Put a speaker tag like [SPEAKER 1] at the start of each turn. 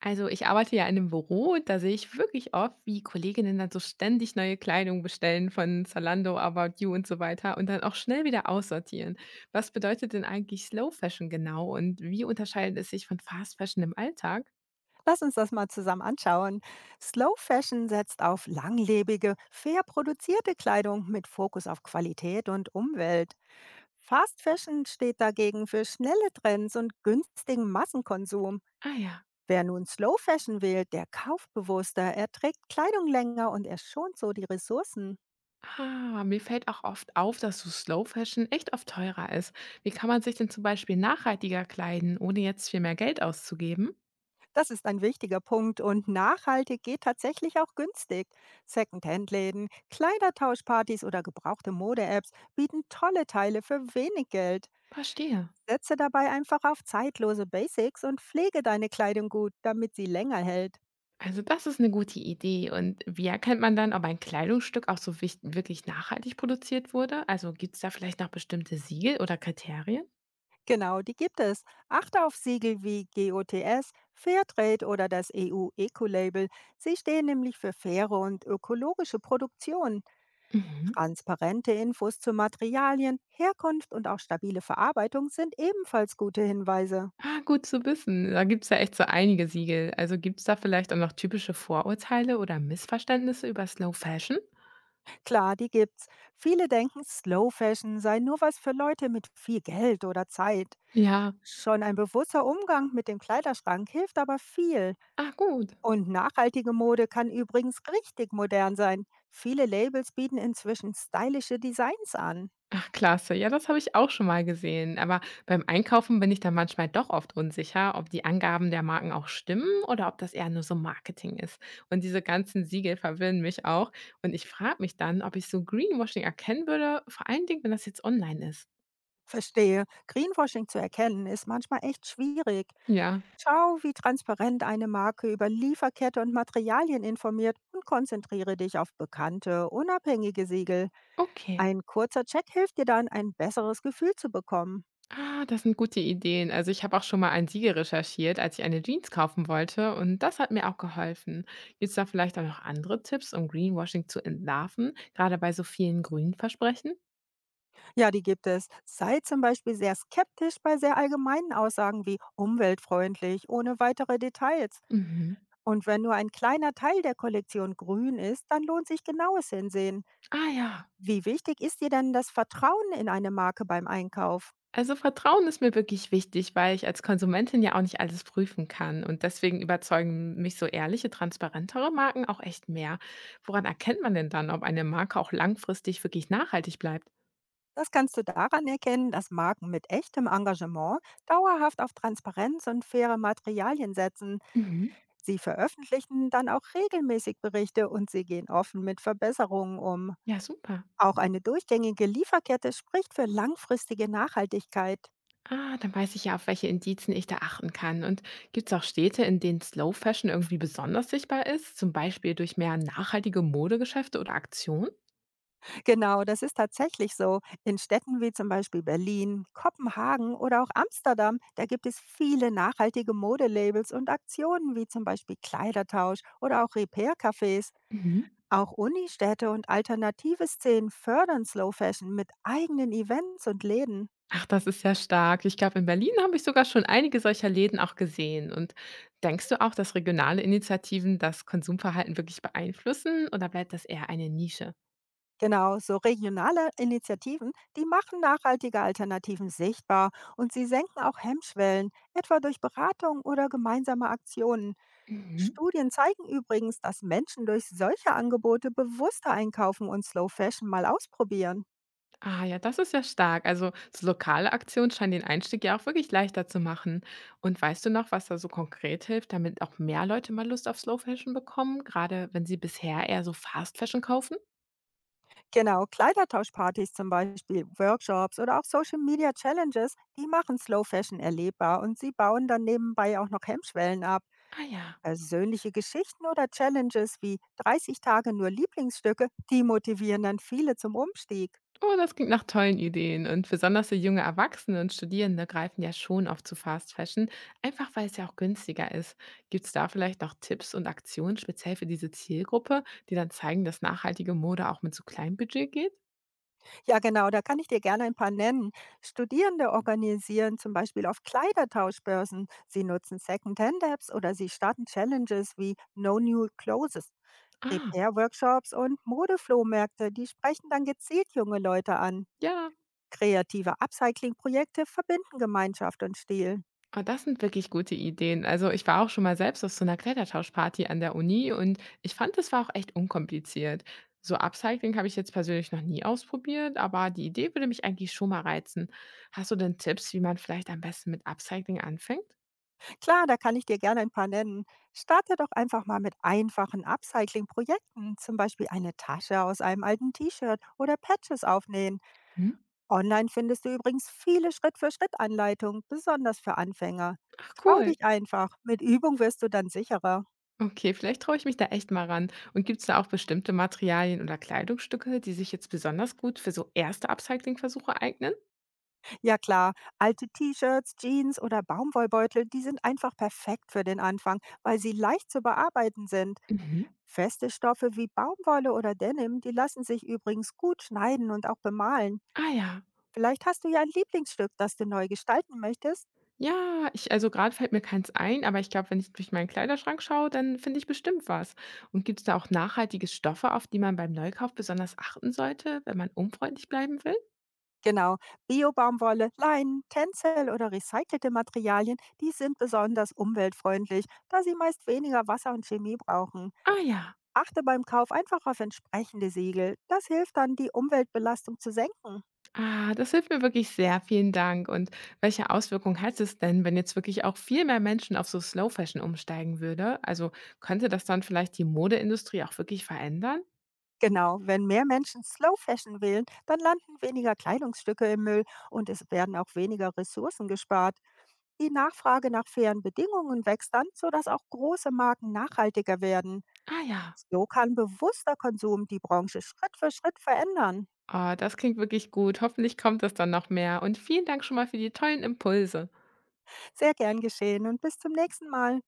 [SPEAKER 1] Also ich arbeite ja in einem Büro, da sehe ich wirklich oft, wie Kolleginnen dann so ständig neue Kleidung bestellen von Zalando, About You und so weiter und dann auch schnell wieder aussortieren. Was bedeutet denn eigentlich Slow Fashion genau und wie unterscheidet es sich von Fast Fashion im Alltag?
[SPEAKER 2] Lass uns das mal zusammen anschauen. Slow Fashion setzt auf langlebige, fair produzierte Kleidung mit Fokus auf Qualität und Umwelt. Fast Fashion steht dagegen für schnelle Trends und günstigen Massenkonsum.
[SPEAKER 1] Ah ja.
[SPEAKER 2] Wer nun Slow Fashion wählt, der kauft bewusster, er trägt Kleidung länger und er schont so die Ressourcen.
[SPEAKER 1] Ah, mir fällt auch oft auf, dass so Slow Fashion echt oft teurer ist. Wie kann man sich denn zum Beispiel nachhaltiger kleiden, ohne jetzt viel mehr Geld auszugeben?
[SPEAKER 2] Das ist ein wichtiger Punkt und nachhaltig geht tatsächlich auch günstig. Secondhand-Läden, Kleidertauschpartys oder gebrauchte Mode-Apps bieten tolle Teile für wenig Geld.
[SPEAKER 1] Verstehe.
[SPEAKER 2] Setze dabei einfach auf zeitlose Basics und pflege deine Kleidung gut, damit sie länger hält.
[SPEAKER 1] Also, das ist eine gute Idee. Und wie erkennt man dann, ob ein Kleidungsstück auch so wich wirklich nachhaltig produziert wurde? Also, gibt es da vielleicht noch bestimmte Siegel oder Kriterien?
[SPEAKER 2] Genau, die gibt es. Achte auf Siegel wie GOTS, Fairtrade oder das EU-Eco-Label. Sie stehen nämlich für faire und ökologische Produktion.
[SPEAKER 1] Mhm.
[SPEAKER 2] Transparente Infos zu Materialien, Herkunft und auch stabile Verarbeitung sind ebenfalls gute Hinweise.
[SPEAKER 1] Ah, gut zu wissen. Da gibt es ja echt so einige Siegel. Also, gibt es da vielleicht auch noch typische Vorurteile oder Missverständnisse über Slow Fashion?
[SPEAKER 2] Klar, die gibt's. Viele denken, Slow Fashion sei nur was für Leute mit viel Geld oder Zeit.
[SPEAKER 1] Ja.
[SPEAKER 2] Schon ein bewusster Umgang mit dem Kleiderschrank hilft aber viel.
[SPEAKER 1] Ah, gut.
[SPEAKER 2] Und nachhaltige Mode kann übrigens richtig modern sein. Viele Labels bieten inzwischen stylische Designs an.
[SPEAKER 1] Ach, klasse. Ja, das habe ich auch schon mal gesehen. Aber beim Einkaufen bin ich dann manchmal doch oft unsicher, ob die Angaben der Marken auch stimmen oder ob das eher nur so Marketing ist. Und diese ganzen Siegel verwirren mich auch. Und ich frage mich dann, ob ich so Greenwashing erkennen würde, vor allen Dingen, wenn das jetzt online ist.
[SPEAKER 2] Verstehe, Greenwashing zu erkennen ist manchmal echt schwierig.
[SPEAKER 1] Ja,
[SPEAKER 2] Schau, wie transparent eine Marke über Lieferkette und Materialien informiert und konzentriere dich auf bekannte, unabhängige Siegel.
[SPEAKER 1] okay.
[SPEAKER 2] Ein kurzer Check hilft dir dann, ein besseres Gefühl zu bekommen.
[SPEAKER 1] Ah, das sind gute Ideen. Also ich habe auch schon mal ein Siegel recherchiert, als ich eine Jeans kaufen wollte. Und das hat mir auch geholfen. Gibt es da vielleicht auch noch andere Tipps, um Greenwashing zu entlarven, gerade bei so vielen grünen Versprechen?
[SPEAKER 2] Ja, die gibt es. Sei zum Beispiel sehr skeptisch bei sehr allgemeinen Aussagen wie umweltfreundlich ohne weitere Details.
[SPEAKER 1] Mhm.
[SPEAKER 2] Und wenn nur ein kleiner Teil der Kollektion grün ist, dann lohnt sich genaues Hinsehen.
[SPEAKER 1] Ah ja.
[SPEAKER 2] Wie wichtig ist dir denn das Vertrauen in eine Marke beim Einkauf?
[SPEAKER 1] Also Vertrauen ist mir wirklich wichtig, weil ich als Konsumentin ja auch nicht alles prüfen kann. Und deswegen überzeugen mich so ehrliche, transparentere Marken auch echt mehr. Woran erkennt man denn dann, ob eine Marke auch langfristig wirklich nachhaltig bleibt?
[SPEAKER 2] Das kannst du daran erkennen, dass Marken mit echtem Engagement dauerhaft auf Transparenz und faire Materialien setzen.
[SPEAKER 1] Mhm.
[SPEAKER 2] Sie veröffentlichen dann auch regelmäßig Berichte und sie gehen offen mit Verbesserungen um.
[SPEAKER 1] Ja, super.
[SPEAKER 2] Auch eine durchgängige Lieferkette spricht für langfristige Nachhaltigkeit.
[SPEAKER 1] Ah, dann weiß ich ja, auf welche Indizen ich da achten kann. Und gibt es auch Städte, in denen Slow Fashion irgendwie besonders sichtbar ist? Zum Beispiel durch mehr nachhaltige Modegeschäfte oder Aktionen?
[SPEAKER 2] Genau, das ist tatsächlich so. In Städten wie zum Beispiel Berlin, Kopenhagen oder auch Amsterdam, da gibt es viele nachhaltige Modelabels und Aktionen wie zum Beispiel Kleidertausch oder auch Repair-Cafés.
[SPEAKER 1] Mhm.
[SPEAKER 2] Auch Unistädte und alternative Szenen fördern Slow Fashion mit eigenen Events und Läden.
[SPEAKER 1] Ach, das ist ja stark. Ich glaube, in Berlin habe ich sogar schon einige solcher Läden auch gesehen. Und denkst du auch, dass regionale Initiativen das Konsumverhalten wirklich beeinflussen oder bleibt das eher eine Nische?
[SPEAKER 2] Genau, so regionale Initiativen, die machen nachhaltige Alternativen sichtbar und sie senken auch Hemmschwellen, etwa durch Beratung oder gemeinsame Aktionen.
[SPEAKER 1] Mhm.
[SPEAKER 2] Studien zeigen übrigens, dass Menschen durch solche Angebote bewusster einkaufen und Slow Fashion mal ausprobieren.
[SPEAKER 1] Ah ja, das ist ja stark. Also so lokale Aktionen scheinen den Einstieg ja auch wirklich leichter zu machen. Und weißt du noch, was da so konkret hilft, damit auch mehr Leute mal Lust auf Slow Fashion bekommen, gerade wenn sie bisher eher so Fast Fashion kaufen?
[SPEAKER 2] Genau, Kleidertauschpartys zum Beispiel, Workshops oder auch Social Media Challenges, die machen Slow Fashion erlebbar und sie bauen dann nebenbei auch noch Hemmschwellen ab.
[SPEAKER 1] Ah ja.
[SPEAKER 2] Persönliche Geschichten oder Challenges wie 30 Tage nur Lieblingsstücke, die motivieren dann viele zum Umstieg.
[SPEAKER 1] Oh, das klingt nach tollen Ideen. Und besonders so junge Erwachsene und Studierende greifen ja schon oft zu Fast Fashion, einfach weil es ja auch günstiger ist. Gibt es da vielleicht noch Tipps und Aktionen speziell für diese Zielgruppe, die dann zeigen, dass nachhaltige Mode auch mit so kleinem Budget geht?
[SPEAKER 2] Ja, genau, da kann ich dir gerne ein paar nennen. Studierende organisieren zum Beispiel auf Kleidertauschbörsen. Sie nutzen Secondhand-Apps oder sie starten Challenges wie No New Clothes.
[SPEAKER 1] Ah,
[SPEAKER 2] Repair-Workshops und Modeflohmärkte, die sprechen dann gezielt junge Leute an.
[SPEAKER 1] ja.
[SPEAKER 2] Kreative Upcycling-Projekte verbinden Gemeinschaft und Stil.
[SPEAKER 1] Ah, das sind wirklich gute Ideen. Also, ich war auch schon mal selbst auf so einer Klettertauschparty an der Uni und ich fand, das war auch echt unkompliziert. So Upcycling habe ich jetzt persönlich noch nie ausprobiert, aber die Idee würde mich eigentlich schon mal reizen. Hast du denn Tipps, wie man vielleicht am besten mit Upcycling anfängt?
[SPEAKER 2] Klar, da kann ich dir gerne ein paar nennen. Starte doch einfach mal mit einfachen Upcycling-Projekten, zum Beispiel eine Tasche aus einem alten T-Shirt oder Patches aufnähen.
[SPEAKER 1] Mhm.
[SPEAKER 2] Online findest du übrigens viele Schritt-für-Schritt-Anleitungen, besonders für Anfänger.
[SPEAKER 1] Ach
[SPEAKER 2] Trau
[SPEAKER 1] cool.
[SPEAKER 2] dich einfach, mit Übung wirst du dann sicherer.
[SPEAKER 1] Okay, vielleicht traue ich mich da echt mal ran. Und gibt es da auch bestimmte Materialien oder Kleidungsstücke, die sich jetzt besonders gut für so erste Upcycling-Versuche eignen?
[SPEAKER 2] Ja klar, alte T-Shirts, Jeans oder Baumwollbeutel, die sind einfach perfekt für den Anfang, weil sie leicht zu bearbeiten sind.
[SPEAKER 1] Mhm.
[SPEAKER 2] Feste Stoffe wie Baumwolle oder Denim, die lassen sich übrigens gut schneiden und auch bemalen.
[SPEAKER 1] Ah ja.
[SPEAKER 2] Vielleicht hast du ja ein Lieblingsstück, das du neu gestalten möchtest.
[SPEAKER 1] Ja, ich, gerade fällt mir keins ein, aber ich glaube, wenn ich durch meinen Kleiderschrank schaue, dann finde ich bestimmt was. Und gibt es da auch nachhaltige Stoffe, auf die man beim Neukauf besonders achten sollte, wenn man umweltfreundlich bleiben will?
[SPEAKER 2] Genau, Bio-Baumwolle, Leinen, Tencel oder recycelte Materialien, die sind besonders umweltfreundlich, da sie meist weniger Wasser und Chemie brauchen.
[SPEAKER 1] Ah ja.
[SPEAKER 2] Achte beim Kauf einfach auf entsprechende Siegel. Das hilft dann, die Umweltbelastung zu senken.
[SPEAKER 1] Ah, das hilft mir wirklich sehr. Vielen Dank. Und welche Auswirkungen hat es denn, wenn jetzt wirklich auch viel mehr Menschen auf so Slow Fashion umsteigen würde? Also, könnte das dann vielleicht die Modeindustrie auch wirklich verändern?
[SPEAKER 2] Genau, wenn mehr Menschen Slow Fashion wählen, dann landen weniger Kleidungsstücke im Müll und es werden auch weniger Ressourcen gespart. Die Nachfrage nach fairen Bedingungen wächst dann, sodass auch große Marken nachhaltiger werden.
[SPEAKER 1] Ah ja.
[SPEAKER 2] So kann bewusster Konsum die Branche Schritt für Schritt verändern.
[SPEAKER 1] Ah, das klingt wirklich gut. Hoffentlich kommt das dann noch mehr. Und vielen Dank schon mal für die tollen Impulse.
[SPEAKER 2] Sehr gern geschehen und bis zum nächsten Mal.